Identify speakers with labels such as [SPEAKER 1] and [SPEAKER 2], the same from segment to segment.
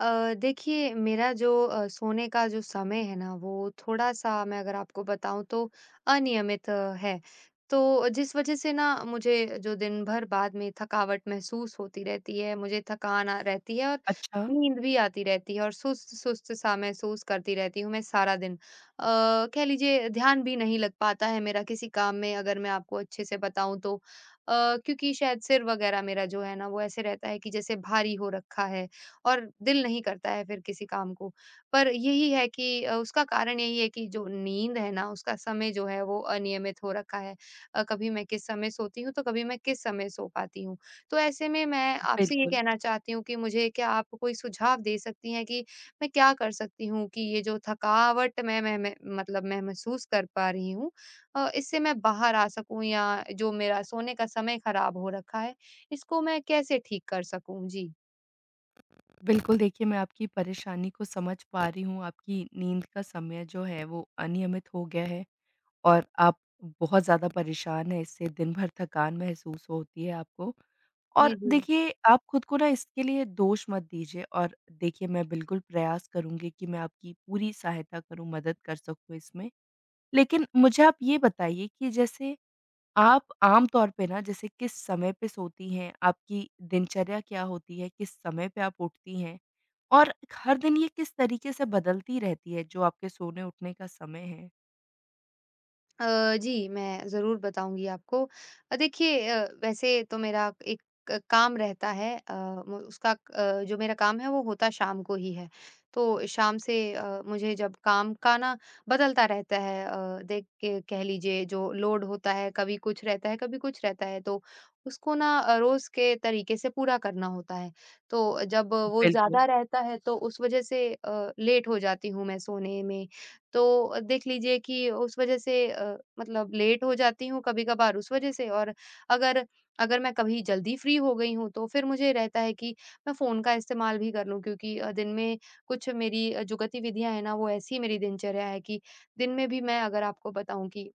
[SPEAKER 1] देखिए मेरा जो सोने का जो समय है ना वो थोड़ा-सा मैं अगर आपको बताऊँ तो अनियमित है। तो जिस वज़ह से ना मुझे जो दिन भर बाद में थकावट महसूस होती रहती है, मुझे थकान रहती है और
[SPEAKER 2] अच्छा,
[SPEAKER 1] नींद भी आती रहती है और सुस्त-सुस्त-सा महसूस करती रहती हूँ मैं सारा दिन। अ, कह लीजिए ध्यान भी नहीं लग पाता है मेरा किसी काम में अगर मैं आपको अच्छे से बताऊँ तो। क्योंकि शायद सिर वग़ैरह मेरा जो है ना वो ऐसे रहता है कि जैसे भारी हो रखा है और दिल नहीं करता है फिर किसी काम को। पर यही है कि उसका कारण यही है कि जो नींद है ना, उसका समय जो है वो अनियमित हो रखा है। कभी मैं किस समय सोती हूँ, तो कभी मैं किस समय सो पाती हूँ। तो ऐसे में मैं आपसे ये
[SPEAKER 2] बिल्कुल।
[SPEAKER 1] कहना चाहती हूँ कि मुझे क्या आप कोई सुझाव दे सकती हैं कि मैं क्या कर सकती हूँ कि ये जो थकावट मैं मतलब मैं महसूस कर पा रही हूँ इससे मैं बाहर आ सकूँ या जो मेरा सोने का समय खराब हो रखा है, इसको मैं कैसे ठीक कर सकूँ? जी।
[SPEAKER 2] बिल्कुल, देखिए मैं आपकी परेशानी को समझ पा रही हूँ, आपकी नींद का समय जो है वो अनियमित हो गया है और आप बहुत ज़्यादा परेशान हैं इससे, दिन भर थकान महसूस होती है आपको।
[SPEAKER 1] जी,
[SPEAKER 2] और
[SPEAKER 1] जी।
[SPEAKER 2] देखिए, आप खुद को ना इसके लिए दोष मत दीजिए और देखिए मैं बिल्कुल प्रयास करूँगी कि मैं आपकी पूरी सहायता करूँ, मदद कर सकूँ इसमें। लेकिन मुझे आप ये बताइए कि जैसे आप आम तौर पे ना जैसे किस समय पे सोती हैं? आपकी दिनचर्या क्या होती है? किस समय पे आप उठती हैं? और हर दिन ये किस तरीके से बदलती रहती है जो आपके सोने-उठने का समय है?
[SPEAKER 1] जी, मैं ज़रूर बताऊँगी आपको। देखिए वैसे तो मेरा एक क काम रहता है म उसका जो मेरा काम है वो होता शाम को ही है। तो शाम से मुझे जब काम का ना बदलता रहता है देख के कह लीजिए जो लोड होता है, कभी कुछ रहता है, कभी कुछ रहता है, तो उसको ना रोज़ के तरीके से पूरा करना होता है। तो जब वो ज़्यादा
[SPEAKER 2] बिल्कुल।
[SPEAKER 1] रहता है तो उस वज़ह से लेट हो जाती हूँ मैं सोने में तो देख लीजिए कि उस वजह से मतलब लेट हो जाती हूँ कभी-कभार उस वजह से और अगर अगर मैं कभी जल्दी फ्री हो गई हूँ, तो फिर मुझे रहता है कि मैं फ़ोन का इस्तेमाल भी कर लूँ क्योंकि दिन में कुछ मेरी जो गतिविधियाँ हैं ना, वो ऐसी मेरी दिनचर्या है कि दिन में भी मैं अगर आपको बताऊँ कि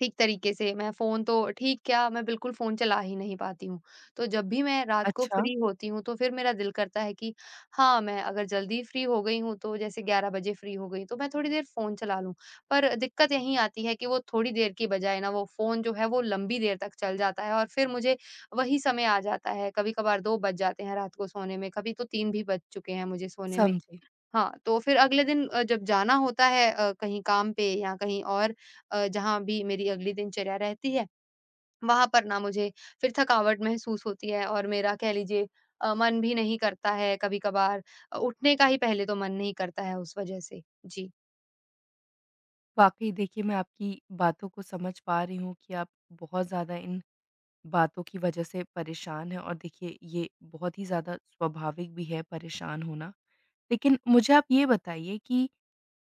[SPEAKER 1] ठीक तरीके से मैं फ़ोन तो ठीक क्या, मैं बिल्कुल फ़ोन चला ही नहीं पाती हूँ। तो जब भी मैं रात को
[SPEAKER 2] अच्छा।
[SPEAKER 1] फ्री होती हूँ, तो फिर मेरा दिल करता है कि हाँ, मैं अगर जल्दी फ्री हो गई हूँ, तो जैसे 11 बजे फ्री हो गई, तो मैं थोड़ी देर फ़ोन चला लूँ। पर दिक्कत यहीं आती है कि वो थोड़ी देर की बजाय ना, वो फ़ोन जो है, वो लंबी देर तक चल जाता है और फिर मुझे वही समय आ जाता है। कभी-कभार 2 बज जाते हैं रात को सोने में, कभी तो 3 भी बज चुके हैं मुझे सोने में।
[SPEAKER 2] समझी।
[SPEAKER 1] हाँ, तो फिर अगले दिन जब जाना होता है कहीं काम पे या कहीं और जहाँ भी मेरी अगली दिनचर्या रहती है, वहाँ पर ना मुझे फिर थकावट महसूस होती है और मेरा कह लीजिए मन भी नहीं करता है कभी-कभार उठने का ही पहले तो मन नहीं करता है उस वजह से। जी।
[SPEAKER 2] वाक़ई देखिए मैं आपकी बातों को समझ पा रही हूँ कि आप बहुत ज़्यादा इन बातों की वजह से परेशान हैं और देखिए ये बहुत ही ज़्यादा स्वाभाविक भी है परेशान होना। लेकिन मुझे आप ये बताइए कि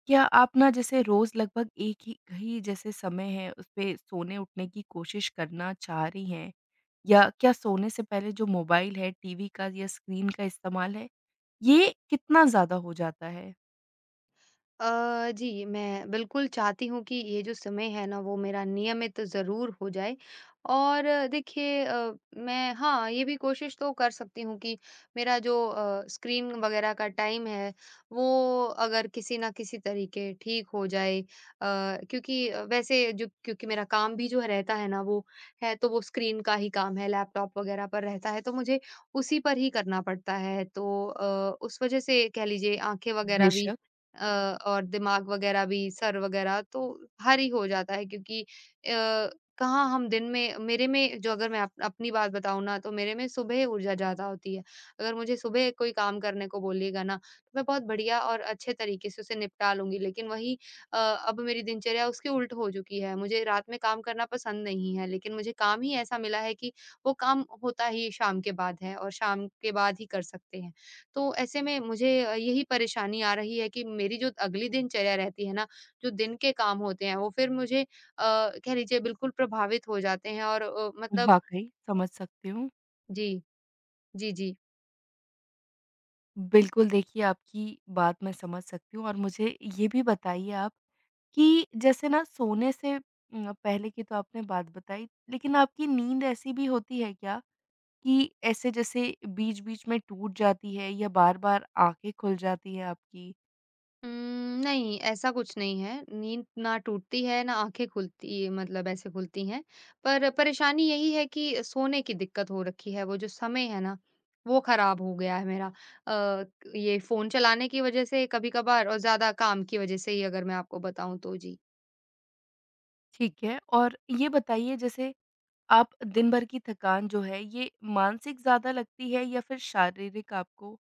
[SPEAKER 2] क्या आप ना जैसे रोज लगभग एक ही जैसे समय है उसपे सोने उठने की कोशिश करना चाह रही हैं? या क्या सोने से पहले जो मोबाइल है, टीवी का या स्क्रीन का इस्तेमाल है, ये कितना ज़्यादा हो जाता है?
[SPEAKER 1] जी, मैं बिल्कुल चाहती हूँ कि ये जो समय है ना, वो मेरा नियमित ज़रूर हो जाए। और देखिए मैं हाँ, ये भी कोशिश तो कर सकती हूँ कि मेरा जो स्क्रीन वग़ैरह का टाइम है, वो अगर किसी न किसी तरीके ठीक हो जाए। क्योंकि वैसे जो क्योंकि मेरा काम भी जो है रहता है ना, वो है तो वो स्क्रीन का ही काम है, लैपटॉप वग़ैरह पर रहता है, तो मुझे उसी पर ही करना पड़ता है। तो उस वज़ह से कह लीजिए आँखें वग़ैरह भी
[SPEAKER 2] बेशक।
[SPEAKER 1] और दिमाग वगैरह भी, सर वगैरह तो भारी हो जाता है क्योंकि अ, कहाँ हम दिन में मेरे में जो अगर मैं अप अपनी बात बताऊँ ना, तो मेरे में सुबह ऊर्जा ज़्यादा होती है। अगर मुझे सुबह कोई काम करने को बोलिएगा ना, तो मैं बहुत बढ़िया और अच्छे तरीके से उसे निपटा लूँगी। लेकिन वही अब मेरी दिनचर्या उसके उल्ट हो चुकी है। मुझे रात में काम करना पसंद नहीं है, लेकिन मुझे काम ही ऐसा मिला है कि वो काम होता ही शाम के बाद है और शाम के बाद ही कर सकते हैं। तो ऐसे में मुझे यही परेशानी आ रही है कि मेरी जो अगली दिनचर्या रहती है ना, जो दिन के काम होते हैं वो फिर मुझे कह लीजिए बिल्कुल प्रभावित हो जाते हैं और मतलब
[SPEAKER 2] वाक़ई, समझ सकती हूँ।
[SPEAKER 1] जी, जी, जी।
[SPEAKER 2] बिल्कुल देखिए आपकी बात मैं समझ सकती हूँ और मुझे ये भी बताइए आप कि जैसे ना सोने से पहले की तो आपने बात बताई, लेकिन आपकी नींद ऐसी भी होती है क्या? कि ऐसे जैसे बीच-बीच में टूट जाती है या बार-बार आँखें खुल जाती है आपकी?
[SPEAKER 1] उम, नहीं ऐसा कुछ नहीं है, नींद ना टूटती है ना आँखें खुलती मतलब ऐसे खुलती हैं, पर परेशानी यही है कि सोने की दिक्कत हो रखी है, वो जो समय है ना, वो ख़राब हो गया है मेरा। अ, ये फ़ोन चलाने की वज़ह से कभी-कभार और ज़्यादा काम की वज़ह से ही अगर मैं आपको बताऊँ तो। जी।
[SPEAKER 2] ठीक है। और ये बताइए जैसे आप दिन भर की थकान जो है ये मानसिक ज़्यादा लगती है या फिर शारीरिक आपको?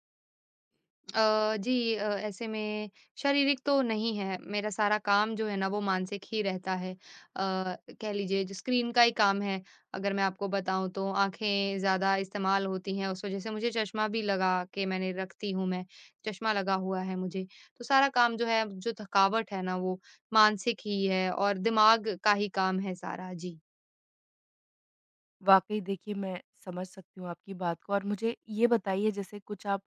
[SPEAKER 1] जी ऐसे में शारीरिक तो नहीं है, मेरा सारा काम जो है ना वो मानसिक ही रहता है। कह लीजिए जो स्क्रीन का ही काम है, अगर मैं आपको बताऊँ तो आँखें ज़्यादा इस्तेमाल होती हैं, उस वज़ह से मुझे चश्मा भी लगा के मैंने रखती हूँ मैं, चश्मा लगा हुआ है मुझे। तो सारा काम जो है, जो थकावट है ना वो मानसिक ही है और दिमाग का ही काम है सारा। जी।
[SPEAKER 2] वाक़ई देखिए मैं समझ सकती हूँ आपकी बात को और मुझे ये बताइए जैसे कुछ आप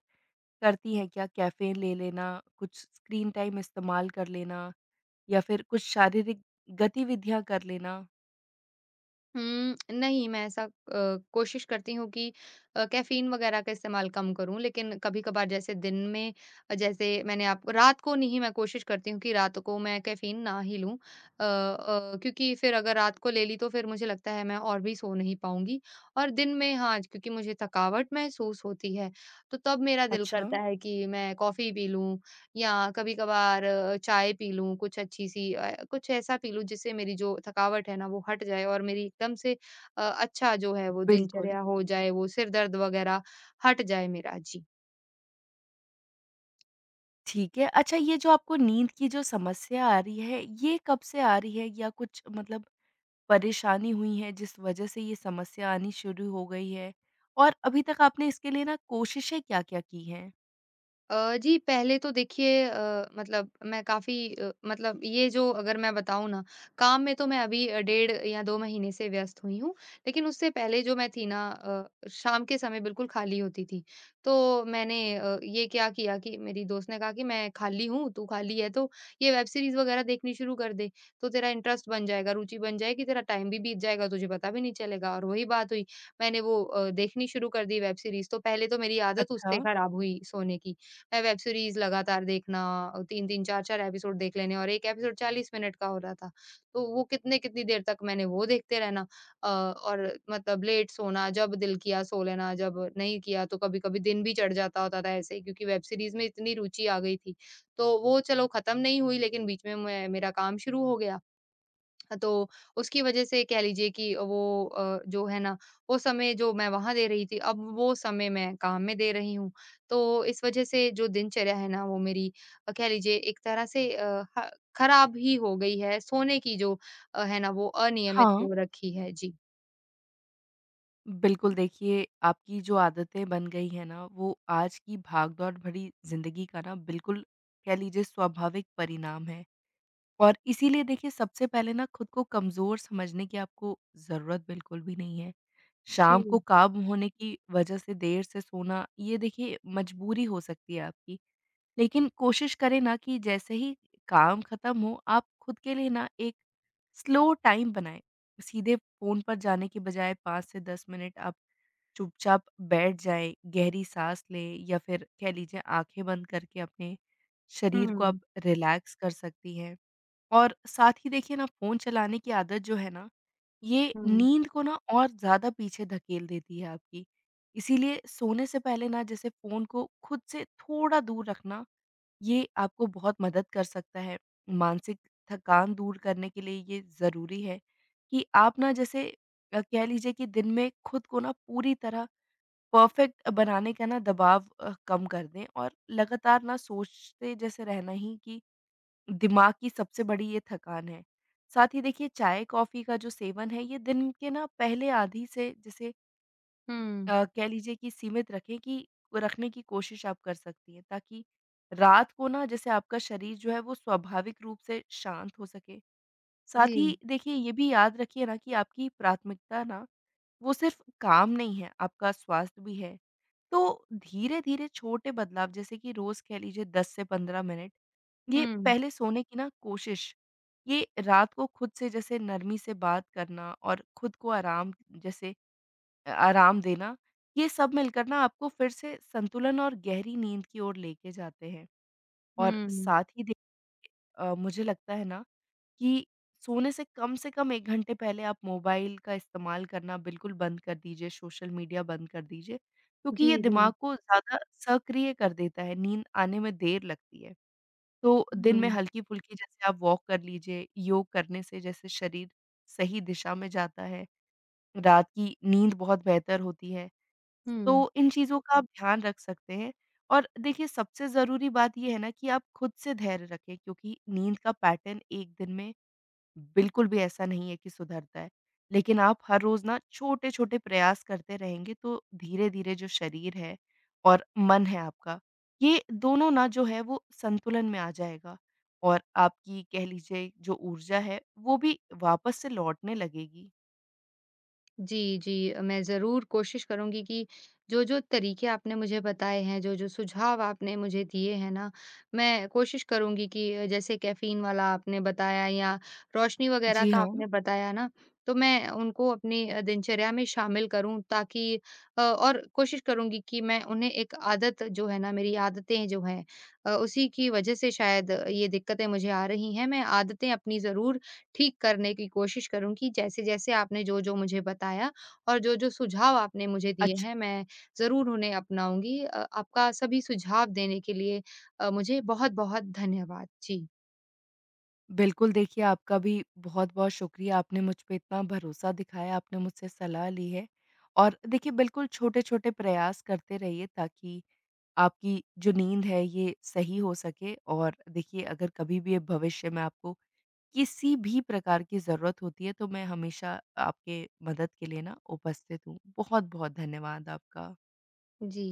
[SPEAKER 2] करती हैं क्या? कैफ़ीन ले लेना, कुछ स्क्रीन टाइम इस्तेमाल कर लेना, या फिर कुछ शारीरिक गतिविधियाँ कर लेना?
[SPEAKER 1] हुँ, नहीं मैं ऐसा कोशिश करती हूँ कि कैफ़ीन वग़ैरह का इस्तेमाल कम करूँ, लेकिन कभी-कभार जैसे दिन में जैसे मैंने आपको रात को नहीं मैं कोशिश करती हूँ कि रात को मैं कैफ़ीन ना ही लूँ। क्योंकि फिर अगर रात को ले ली तो फिर मुझे लगता है मैं और भी सो नहीं पाऊँगी और दिन में हाँ, क्योंकि मुझे थकावट महसूस होती है, तो तब मेरा दिल
[SPEAKER 2] अच्छा,
[SPEAKER 1] करता है कि मैं कॉफ़ी पी लूँ या कभी-कभार चाय पी लूँ कुछ अच्छी-सी कुछ ऐसा पी लूँ जिससे मेरी जो थकावट है ना वो हट जाए और मेरी एकदम से अच्छा जो है वो
[SPEAKER 2] बिल्कुल।
[SPEAKER 1] दिनचर्या हो जाए, वो सिर दर्द वगैरह हट जाए मेरा। जी।
[SPEAKER 2] ठीक है। अच्छा, ये जो आपको नींद की जो समस्या आ रही है, ये कब से आ रही है या कुछ मतलब परेशानी हुई है जिस वज़ह से ये समस्या आनी शुरू हो गई है? और अभी तक आपने इसके लिए ना कोशिशें क्या-क्या की हैं?
[SPEAKER 1] जी, पहले तो देखिए मतलब मैं काफ़ी मतलब ये जो अगर मैं बताऊँ ना, काम में तो मैं अभी डेढ़ या 2 महीने से व्यस्त हुई हूँ। लेकिन उससे पहले जो मैं थी ना शाम के समय बिल्कुल खाली होती थी। तो मैंने ये क्या किया कि मेरी दोस्त ने कहा कि मैं खाली हूँ, तू खाली है तो ये वेब सीरीज़ वग़ैरह देखनी शुरू कर दे, तो तेरा इंटरेस्ट बन जाएगा, रुचि बन जाएगी, तेरा टाइम भी बीत जाएगा, तुझे पता भी नहीं चलेगा। और वही बात हुई, मैंने वो देखनी शुरू कर दी वेब सीरीज़। तो पहले तो मेरी आदत
[SPEAKER 2] अच्छा।
[SPEAKER 1] उससे खराब हुई सोने की। वेब सीरीज़ लगातार देखना, 3-3 4-4 एपिसोड देख लेने और 1 एपिसोड 40 मिनट का हो रहा था, तो वो कितने-कितनी देर तक मैंने वो देखते रहना। और मतलब लेट सोना, जब दिल किया सो लेना, जब नहीं किया तो कभी-कभी दिन भी चढ़ जाता होता था ऐसे ही क्योंकि वेब सीरीज़ में इतनी रुचि आ गई थी। तो वो चलो खत्म नहीं हुई लेकिन बीच में मैं मेरा काम शुरू हो गया। हाँ, तो उसकी वजह से कह लीजिए कि वो जो है ना वो समय जो मैं वहाँ दे रही थी अब वो समय मैं काम में दे रही हूँ। तो इस वजह से जो दिनचर्या है ना वो मेरी कह लीजिए एक तरह से अ, ह खराब ही हो गई है। सोने की जो है ना वो अनियमित
[SPEAKER 2] हाँ,
[SPEAKER 1] हो रखी है। जी।
[SPEAKER 2] बिल्कुल। देखिए आपकी जो आदतें बन गई हैं ना, वो आज की भागदौड़ भरी ज़िंदगी का ना, बिल्कुल कह लीजिए, स्वाभाविक परिणाम है। और इसीलिए देखिए, सबसे पहले ना खुद को कमज़ोर समझने की आपको ज़रूरत बिल्कुल भी नहीं है। शाम को
[SPEAKER 1] जी।
[SPEAKER 2] काम होने की वज़ह से देर से सोना, ये देखिए मजबूरी हो सकती है आपकी। लेकिन कोशिश करें ना कि जैसे ही काम ख़त्म हो, आप खुद के लिए ना एक स्लो टाइम बनाएँ। सीधे फ़ोन पर जाने के बजाय 5 से 10 मिनट आप चुपचाप बैठ जाएँ, गहरी साँस लें या फिर कह लीजिए आँखें बंद करके अपने शरीर को आप
[SPEAKER 1] हुँ,
[SPEAKER 2] रिलैक्स कर सकती हैं। और साथ ही देखिए ना, फ़ोन चलाने की आदत जो है ना, ये
[SPEAKER 1] हुँ।
[SPEAKER 2] नींद को ना और ज़्यादा पीछे धकेल देती है आपकी। इसीलिए सोने से पहले ना जैसे फ़ोन को खुद से थोड़ा दूर रखना, ये आपको बहुत मदद कर सकता है। मानसिक थकान दूर करने के लिए ये ज़रूरी है कि आप ना जैसे कह लीजिए कि दिन में खुद को ना पूरी तरह परफ़ेक्ट बनाने का ना दबाव कम कर दें, और लगातार ना सोचते जैसे रहना ही कि दिमाग की सबसे बड़ी ये थकान है। साथ ही देखिए, चाय-कॉफ़ी का जो सेवन है, ये दिन के ना पहले आधी से जैसे
[SPEAKER 1] हुँ।
[SPEAKER 2] कह लीजिए कि सीमित रखें, कि रखने की कोशिश आप कर सकती हैं, ताकि रात को ना जैसे आपका शरीर जो है वो स्वाभाविक रूप से शांत हो सके।
[SPEAKER 1] जी।
[SPEAKER 2] साथ ही देखिए, ये भी याद रखिए ना, कि आपकी प्राथमिकता ना वो सिर्फ़ काम नहीं है, आपका स्वास्थ्य भी है। तो धीरे-धीरे छोटे बदलाव जैसे कि रोज़ कह लीजिए 10 से 15 मिनट ये
[SPEAKER 1] हुँ,
[SPEAKER 2] पहले सोने की ना कोशिश, ये रात को खुद से जैसे नरमी से बात करना, और खुद को आराम जैसे आराम देना, ये सब मिलकर ना आपको फिर से संतुलन और गहरी नींद की ओर लेके जाते हैं। और
[SPEAKER 1] हुँ।
[SPEAKER 2] साथ ही मुझे लगता है ना, कि सोने से कम 1 घंटे पहले आप मोबाइल का इस्तेमाल करना बिल्कुल बंद कर दीजिए, सोशल मीडिया बंद कर दीजिए, क्योंकि
[SPEAKER 1] जी,
[SPEAKER 2] ये
[SPEAKER 1] जी।
[SPEAKER 2] दिमाग को ज़्यादा सक्रिय कर देता है, नींद आने में देर लगती है। तो दिन में
[SPEAKER 1] हुँ।
[SPEAKER 2] हल्की-फुल्की जैसे आप वॉक कर लीजिए, योग करने से जैसे शरीर सही दिशा में जाता है, रात की नींद बहुत बेहतर होती है।
[SPEAKER 1] हुँ।
[SPEAKER 2] तो इन चीज़ों का आप ध्यान रख सकते हैं। और देखिए, सबसे ज़रूरी बात ये है ना, कि आप खुद से धैर्य रखें, क्योंकि नींद का पैटर्न 1 दिन में बिल्कुल भी ऐसा नहीं है कि सुधरता है। लेकिन आप हर रोज़ ना छोटे-छोटे प्रयास करते रहेंगे, तो धीरे-धीरे जो शरीर है और मन है आपका, ये दोनों ना जो है वो संतुलन में आ जाएगा, और आपकी कह लीजिए जो ऊर्जा है वो भी वापस से लौटने लगेगी।
[SPEAKER 1] जी, जी। मैं ज़रूर कोशिश करूँगी कि जो-जो तरीके आपने मुझे बताए हैं, जो-जो सुझाव आपने मुझे दिए हैं ना, मैं कोशिश करूँगी कि जैसे कैफ़ीन वाला आपने बताया या रोशनी वग़ैरह
[SPEAKER 2] जी
[SPEAKER 1] का
[SPEAKER 2] हाँ।
[SPEAKER 1] आपने बताया ना, तो मैं उनको अपनी दिनचर्या में शामिल करूँ ताकि और कोशिश करूँगी कि मैं उन्हें एक आदत जो है ना, मेरी आदतें जो हैं उसी की वज़ह से शायद ये दिक्कतें मुझे आ रही हैं। मैं आदतें अपनी ज़रूर ठीक करने की कोशिश करूँगी जैसे-जैसे आपने जो-जो मुझे बताया और जो-जो सुझाव आपने मुझे दिए
[SPEAKER 2] अच्छ
[SPEAKER 1] हैं, मैं ज़रूर उन्हें अपनाऊँगी। आपका सभी सुझाव देने के लिए मुझे बहुत-बहुत धन्यवाद। जी।
[SPEAKER 2] बिल्कुल। देखिए आपका भी बहुत-बहुत शुक्रिया, आपने मुझ पे इतना भरोसा दिखाया, आपने मुझसे सलाह ली है। और देखिए, बिल्कुल छोटे-छोटे प्रयास करते रहिए ताकि आपकी जो नींद है ये सही हो सके। और देखिए, अगर कभी भी भविष्य में आपको किसी भी प्रकार की ज़रूरत होती है, तो मैं हमेशा आपके मदद के लिए ना उपस्थित हूँ। बहुत-बहुत धन्यवाद आपका।
[SPEAKER 1] जी।